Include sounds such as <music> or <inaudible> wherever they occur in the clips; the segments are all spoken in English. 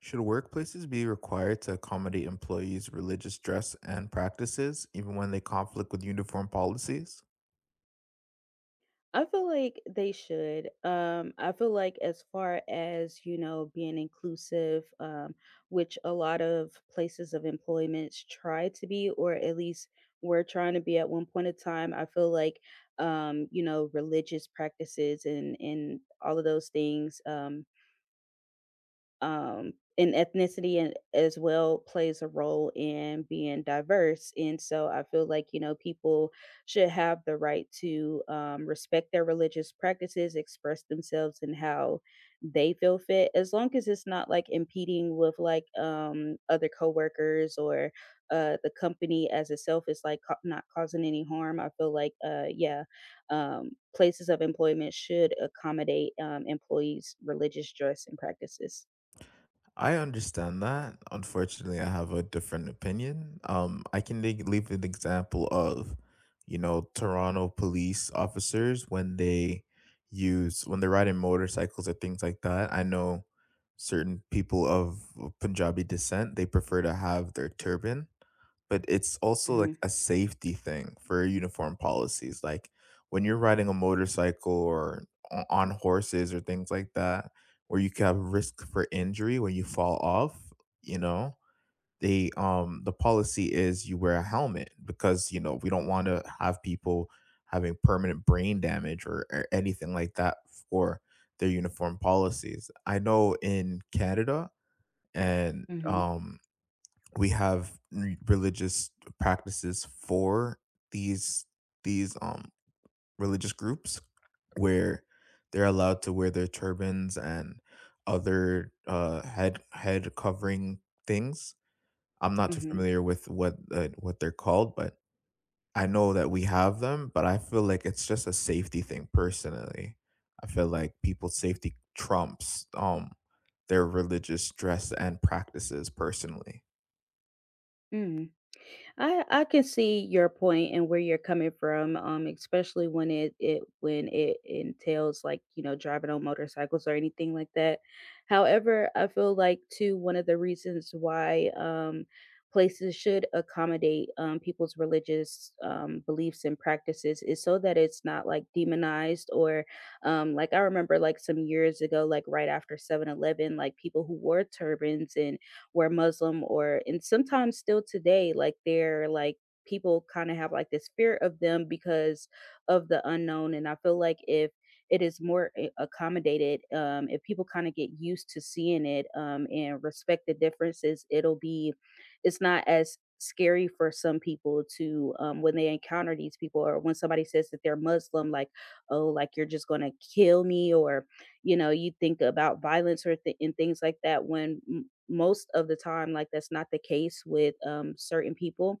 Should workplaces be required to accommodate employees' religious dress and practices, even when they conflict with uniform policies? I feel like they should. I feel like as far as being inclusive, which a lot of places of employment try to be, or at least were trying to be at one point in time. I feel like you know religious practices and all of those things. And ethnicity and as well plays a role in being diverse. And so I feel like you know people should have the right to respect their religious practices, express themselves and how they feel fit, as long as it's not like impeding with like other coworkers or the company as itself is like not causing any harm. I feel like yeah, um, places of employment should accommodate employees' religious dress and practices. I understand that. Unfortunately, I have a different opinion. Leave an example of, you know, Toronto police officers when they use when they're riding motorcycles or things like that. I know certain people of Punjabi descent, they prefer to have their turban, but it's also like Mhm. a safety thing for uniform policies. Like when you're riding a motorcycle or on horses or things like that, where you can have risk for injury when you fall off, you know, the policy is you wear a helmet because, you know, we don't want to have people having permanent brain damage or anything like that for their uniform policies. I know in Canada, and Mhm. um we have religious practices for these these religious groups where they're allowed to wear their turbans and other uh, head covering things. I'm not too Mhm. familiar with what they're called, but I know that we have them. But I feel like it's just a safety thing personally. I feel like people's safety trumps their religious dress and practices personally. Mm. I can see your point and where you're coming from, especially when it entails like, you know, driving on motorcycles or anything like that. However, I feel like too one of the reasons why places should accommodate people's religious beliefs and practices is so that it's not like demonized or like I remember like some years ago like right after 7-Eleven like people who wore turbans and were Muslim or and sometimes still today, like they're like people kind of have like this fear of them because of the unknown. And I feel like if it is more accommodated, if people kind of get used to seeing it and respect the differences, it's not as scary for some people to when they encounter these people or when somebody says that they're Muslim like, oh, like you're just going to kill me or you know you think about violence or and things like that when most of the time like that's not the case with certain people.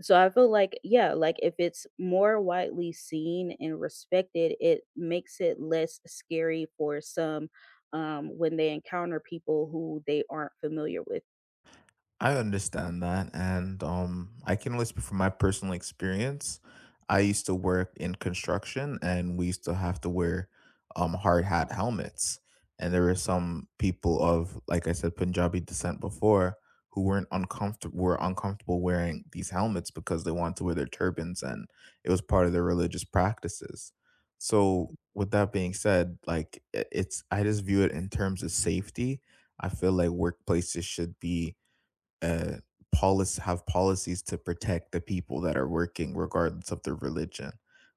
So I feel like, yeah, like if it's more widely seen and respected, it makes it less scary for some when they encounter people who they aren't familiar with. I understand that. And I can only speak from my personal experience. I used to work in construction, and we used to have to wear hard hat helmets. And there were some people of, like I said, Punjabi descent before who weren't uncomfortable were uncomfortable wearing these helmets because they wanted to wear their turbans, and it was part of their religious practices. So, with that being said, like it's, I just view it in terms of safety. I feel like workplaces should be uh, policy have policies to protect the people that are working regardless of their religion,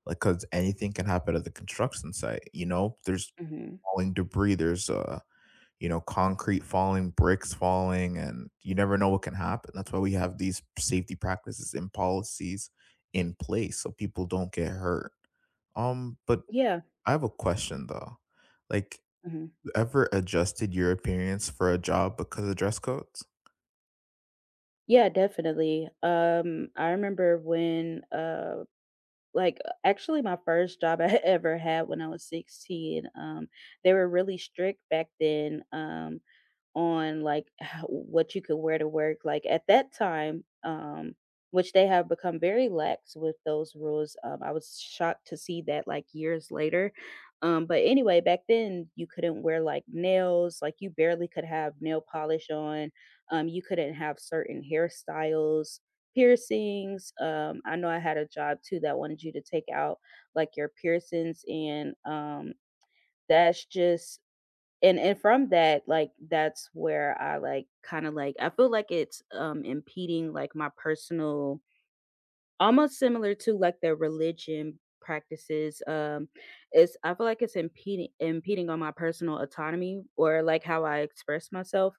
like, because anything can happen at the construction site. You know, there's Hmm. falling debris, there's you know, concrete falling, bricks falling, and you never know what can happen. That's why we have these safety practices and policies in place, so people don't get hurt. Um, but Yeah. I have a question though, like, Hmm. ever adjusted your appearance for a job because of dress codes? Yeah, definitely. I remember when actually my first job I <laughs> ever had when I was 16. They were really strict back then, on like how, what you could wear to work like at that time, which they have become very lax with those rules. I was shocked to see that like years later. But anyway, back then you couldn't wear like nails, like you barely could have nail polish on. You couldn't have certain hairstyles, piercings. I know I had a job too that wanted you to take out like your piercings, and that's just, and from that, like that's where I like kind of like I feel like it's impeding like my personal, almost similar to like their religion practices. It's I feel like it's impeding on my personal autonomy, or like how I express myself.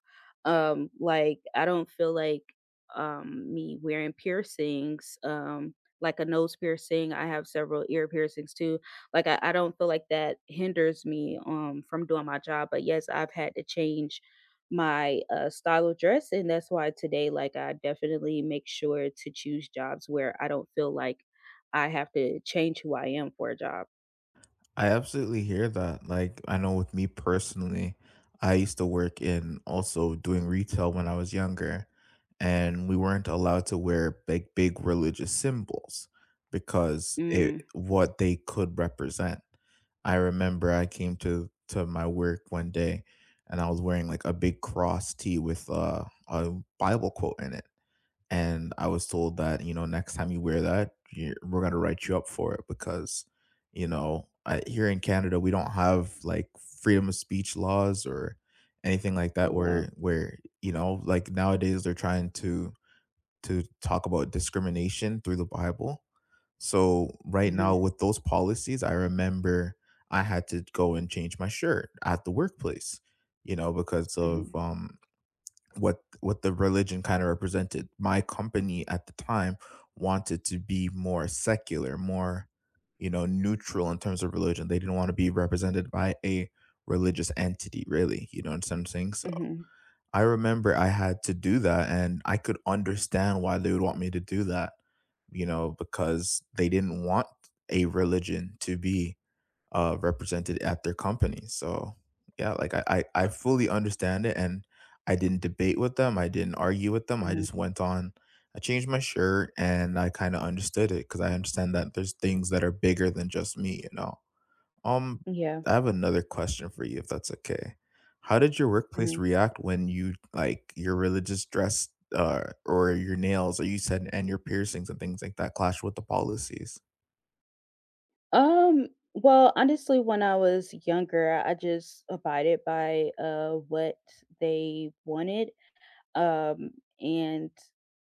Like I don't feel like me wearing piercings, like a nose piercing, I have several ear piercings too. Like I don't feel like that hinders me from doing my job, but yes, I've had to change my style of dress. And that's why today, like, I definitely make sure to choose jobs where I don't feel like I have to change who I am for a job. I absolutely hear that. Like, I know with me personally, I used to work in, also doing retail, when I was younger, and we weren't allowed to wear big, big religious symbols because it Mm. what they could represent. I remember I came to my work one day, and I was wearing like a big cross tee with a Bible quote in it, and I was told that, you know, next time you wear that, you we're gonna write you up for it, because, you know, here in Canada we don't have like freedom of speech laws or anything like Oh, that, where wow. You know, like nowadays they're trying to talk about discrimination through the Bible. So right Hmm. now, with those policies, I remember I had to go and change my shirt at the workplace, you know, because of Hmm. What the religion kind of represented. My company at the time wanted to be more secular, more, you know, neutral in terms of religion. They didn't want to be represented by a religious entity, really. You know what I'm saying? So Hmm. I remember I had to do that, and I could understand why they would want me to do that, you know, because they didn't want a religion to be represented at their company. So yeah, like, I fully understand it, and I didn't debate with them. I didn't argue with them. I Hmm. just went on. I changed my shirt, and I kind of understood it because I understand that there's things that are bigger than just me. You know. Um, Yeah. I have another question for you, if that's okay. How did your workplace Hmm. react when you, like, your religious dress? Or your nails, or, you said, and your piercings and things like that clash with the policies. Um, well, honestly, when I was younger, I just abided by what they wanted. Um, and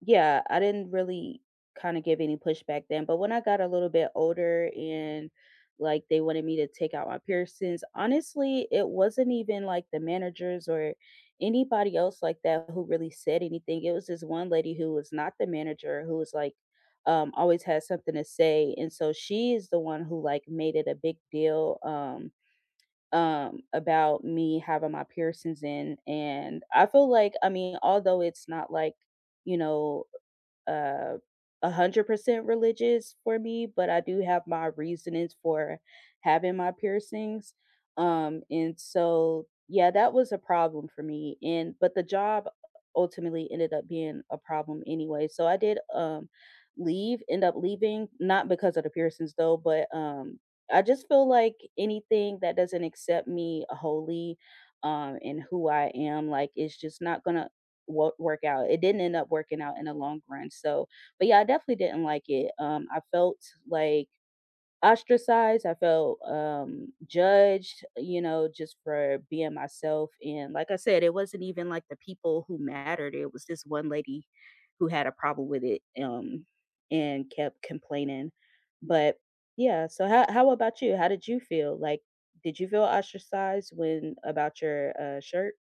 yeah, I didn't really kind of give any pushback then. But when I got a little bit older and like they wanted me to take out my piercings, honestly, it wasn't even like the managers or anybody else like that who really said anything. It was this one lady who was not the manager who was like, always had something to say. And so she is the one who like made it a big deal. About me having my piercings in. And I feel like, I mean, although it's not like, you know, uh, 100% religious for me, but I do have my reasonings for having my piercings. And so, yeah, that was a problem for me. And but the job ultimately ended up being a problem anyway. So I did leave, end up leaving, not because of the piercings though, but I just feel like anything that doesn't accept me wholly and who I am, like it's just not gonna work out. It didn't end up working out in the long run. So, but yeah, I definitely didn't like it. I felt like ostracized. I felt judged, you know, just for being myself. And like I said, it wasn't even like the people who mattered. It was this one lady who had a problem with it, and kept complaining. But yeah, so how about you? How did you feel? Like, did you feel ostracized when about your shirt?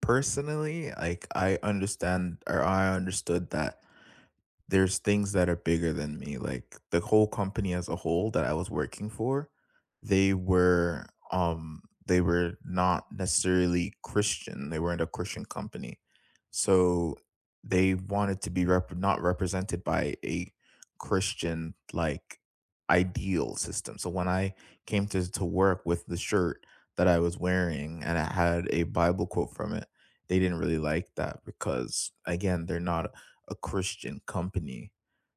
Personally, like, I understand, or I understood, that there's things that are bigger than me. Like the whole company as a whole that I was working for, they were they were not necessarily Christian. They weren't a Christian company. So they wanted to be not represented by a Christian, like, ideal system. So when I came to work with the shirt that I was wearing, and I had a Bible quote from it, they didn't really like that because, again, they're not a Christian company.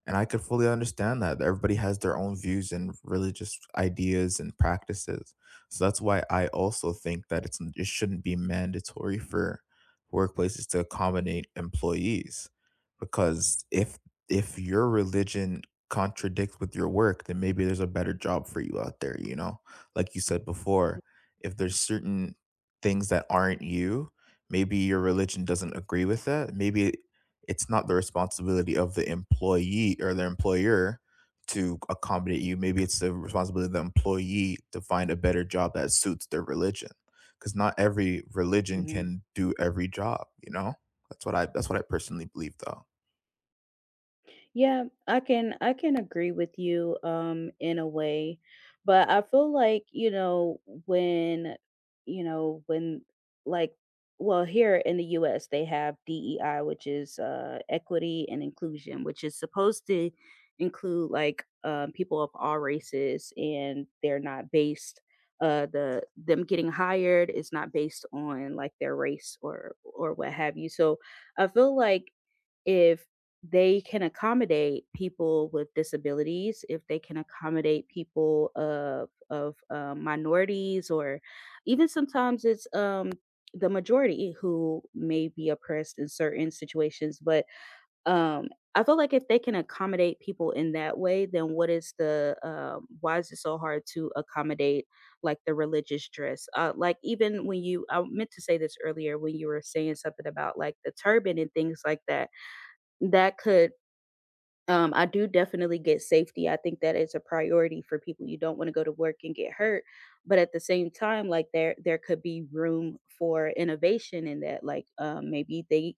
And I could fully understand that. Everybody has their own views and religious ideas and practices. So that's why I also think that it shouldn't be mandatory for workplaces to accommodate employees. Because if your religion contradicts with your work, then maybe there's a better job for you out there, you know? Like you said before, if there's certain things that aren't you, maybe your religion doesn't agree with that. Maybe it's not the responsibility of the employee or the employer to accommodate you. Maybe it's the responsibility of the employee to find a better job that suits their religion. Because not every religion Mm-hmm. can do every job, you know? That's what I personally believe though. Yeah, I can agree with you in a way, but I feel like, when you know, when like well, here in the US they have DEI, which is equity and inclusion, which is supposed to include like people of all races and they're not based the them getting hired is not based on like their race or what have you. So I feel like if they can accommodate people with disabilities, if they can accommodate people of minorities, or even sometimes it's the majority who may be oppressed in certain situations. But um, I feel like if they can accommodate people in that way, then what is the why is it so hard to accommodate like the religious dress? Like even when you, I meant to say this earlier when you were saying something about like the turban and things like that that could I do definitely get safety. I think that is a priority for people. You don't want to go to work and get hurt, but at the same time, like there could be room for innovation in that. Like maybe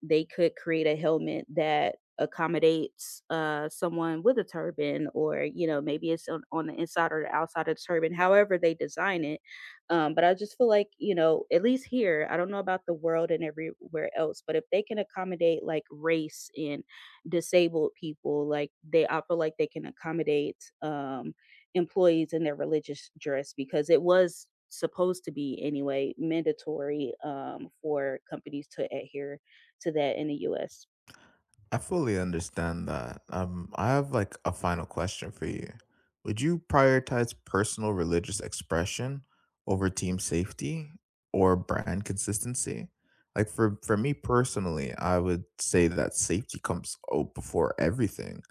they could create a helmet that accommodates someone with a turban, or you know maybe it's on the inside or the outside of the turban, however they design it. But I just feel like you know at least here, I don't know about the world and everywhere else, but if they can accommodate like race and disabled people, like they, I feel like they can accommodate employees in their religious dress, because it was supposed to be anyway mandatory for companies to adhere to that in the US. I fully understand that. I have like a final question for you. Would you prioritize personal religious expression over team safety or brand consistency? Like, for me personally, I would say that safety comes before everything.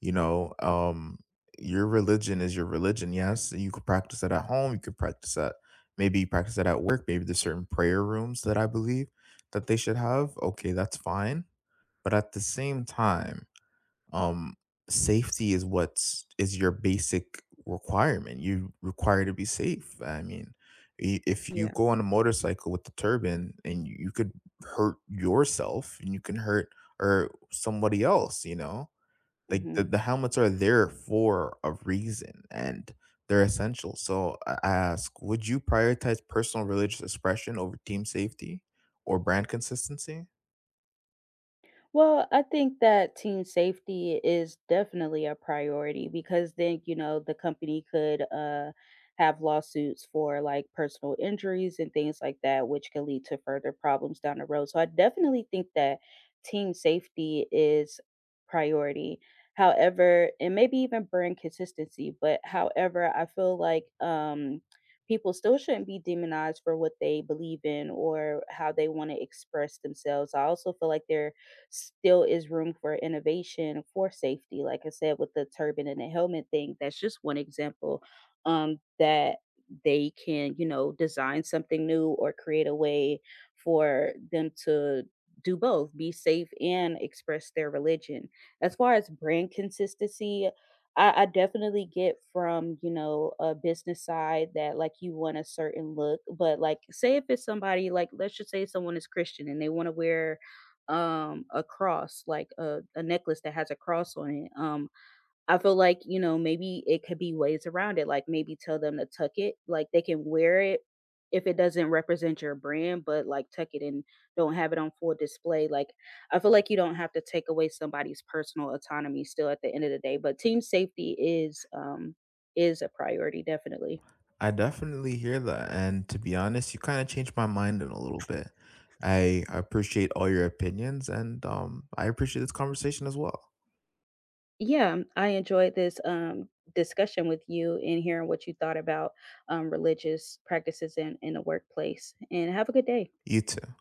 You know, your religion is your religion. Yes, you could practice it at home. You could practice it. Maybe you practice it at work. Maybe there's certain prayer rooms that I believe that they should have. Okay, that's fine, but at the same time, um, safety is what's is your basic requirement. You require to be safe. I mean, if you Yeah. go on a motorcycle with the turban, and you could hurt yourself, and you can hurt or somebody else. You know, like, Mhm. the helmets are there for a reason, and they're essential. So I ask, would you prioritize personal religious expression over team safety or brand consistency? Well, I think that team safety is definitely a priority because then, you know, the company could have lawsuits for like personal injuries and things like that, which could lead to further problems down the road. So I definitely think that team safety is priority. However, and maybe even brand consistency, but however, I feel like people still shouldn't be demonized for what they believe in or how they want to express themselves. I also feel like there still is room for innovation for safety. Like I said, with the turban and the helmet thing, that's just one example, that they can, you know, design something new or create a way for them to do both, be safe and express their religion. As far as brand consistency, I definitely get from you know a business side that like you want a certain look, but like say if it's somebody like, let's just say someone is Christian and they want to wear a cross, like a necklace that has a cross on it, I feel like you know maybe it could be ways around it, like maybe tell them to tuck it, like they can wear it if it doesn't represent your brand, but like tuck it and don't have it on full display. Like I feel like you don't have to take away somebody's personal autonomy still at the end of the day, but team safety is a priority definitely. I definitely hear that. And to be honest, you kind of changed my mind in a little bit. I appreciate all your opinions, and I appreciate this conversation as well. Yeah, I enjoyed this discussion with you and hearing what you thought about religious practices in the workplace. And have a good day. You too.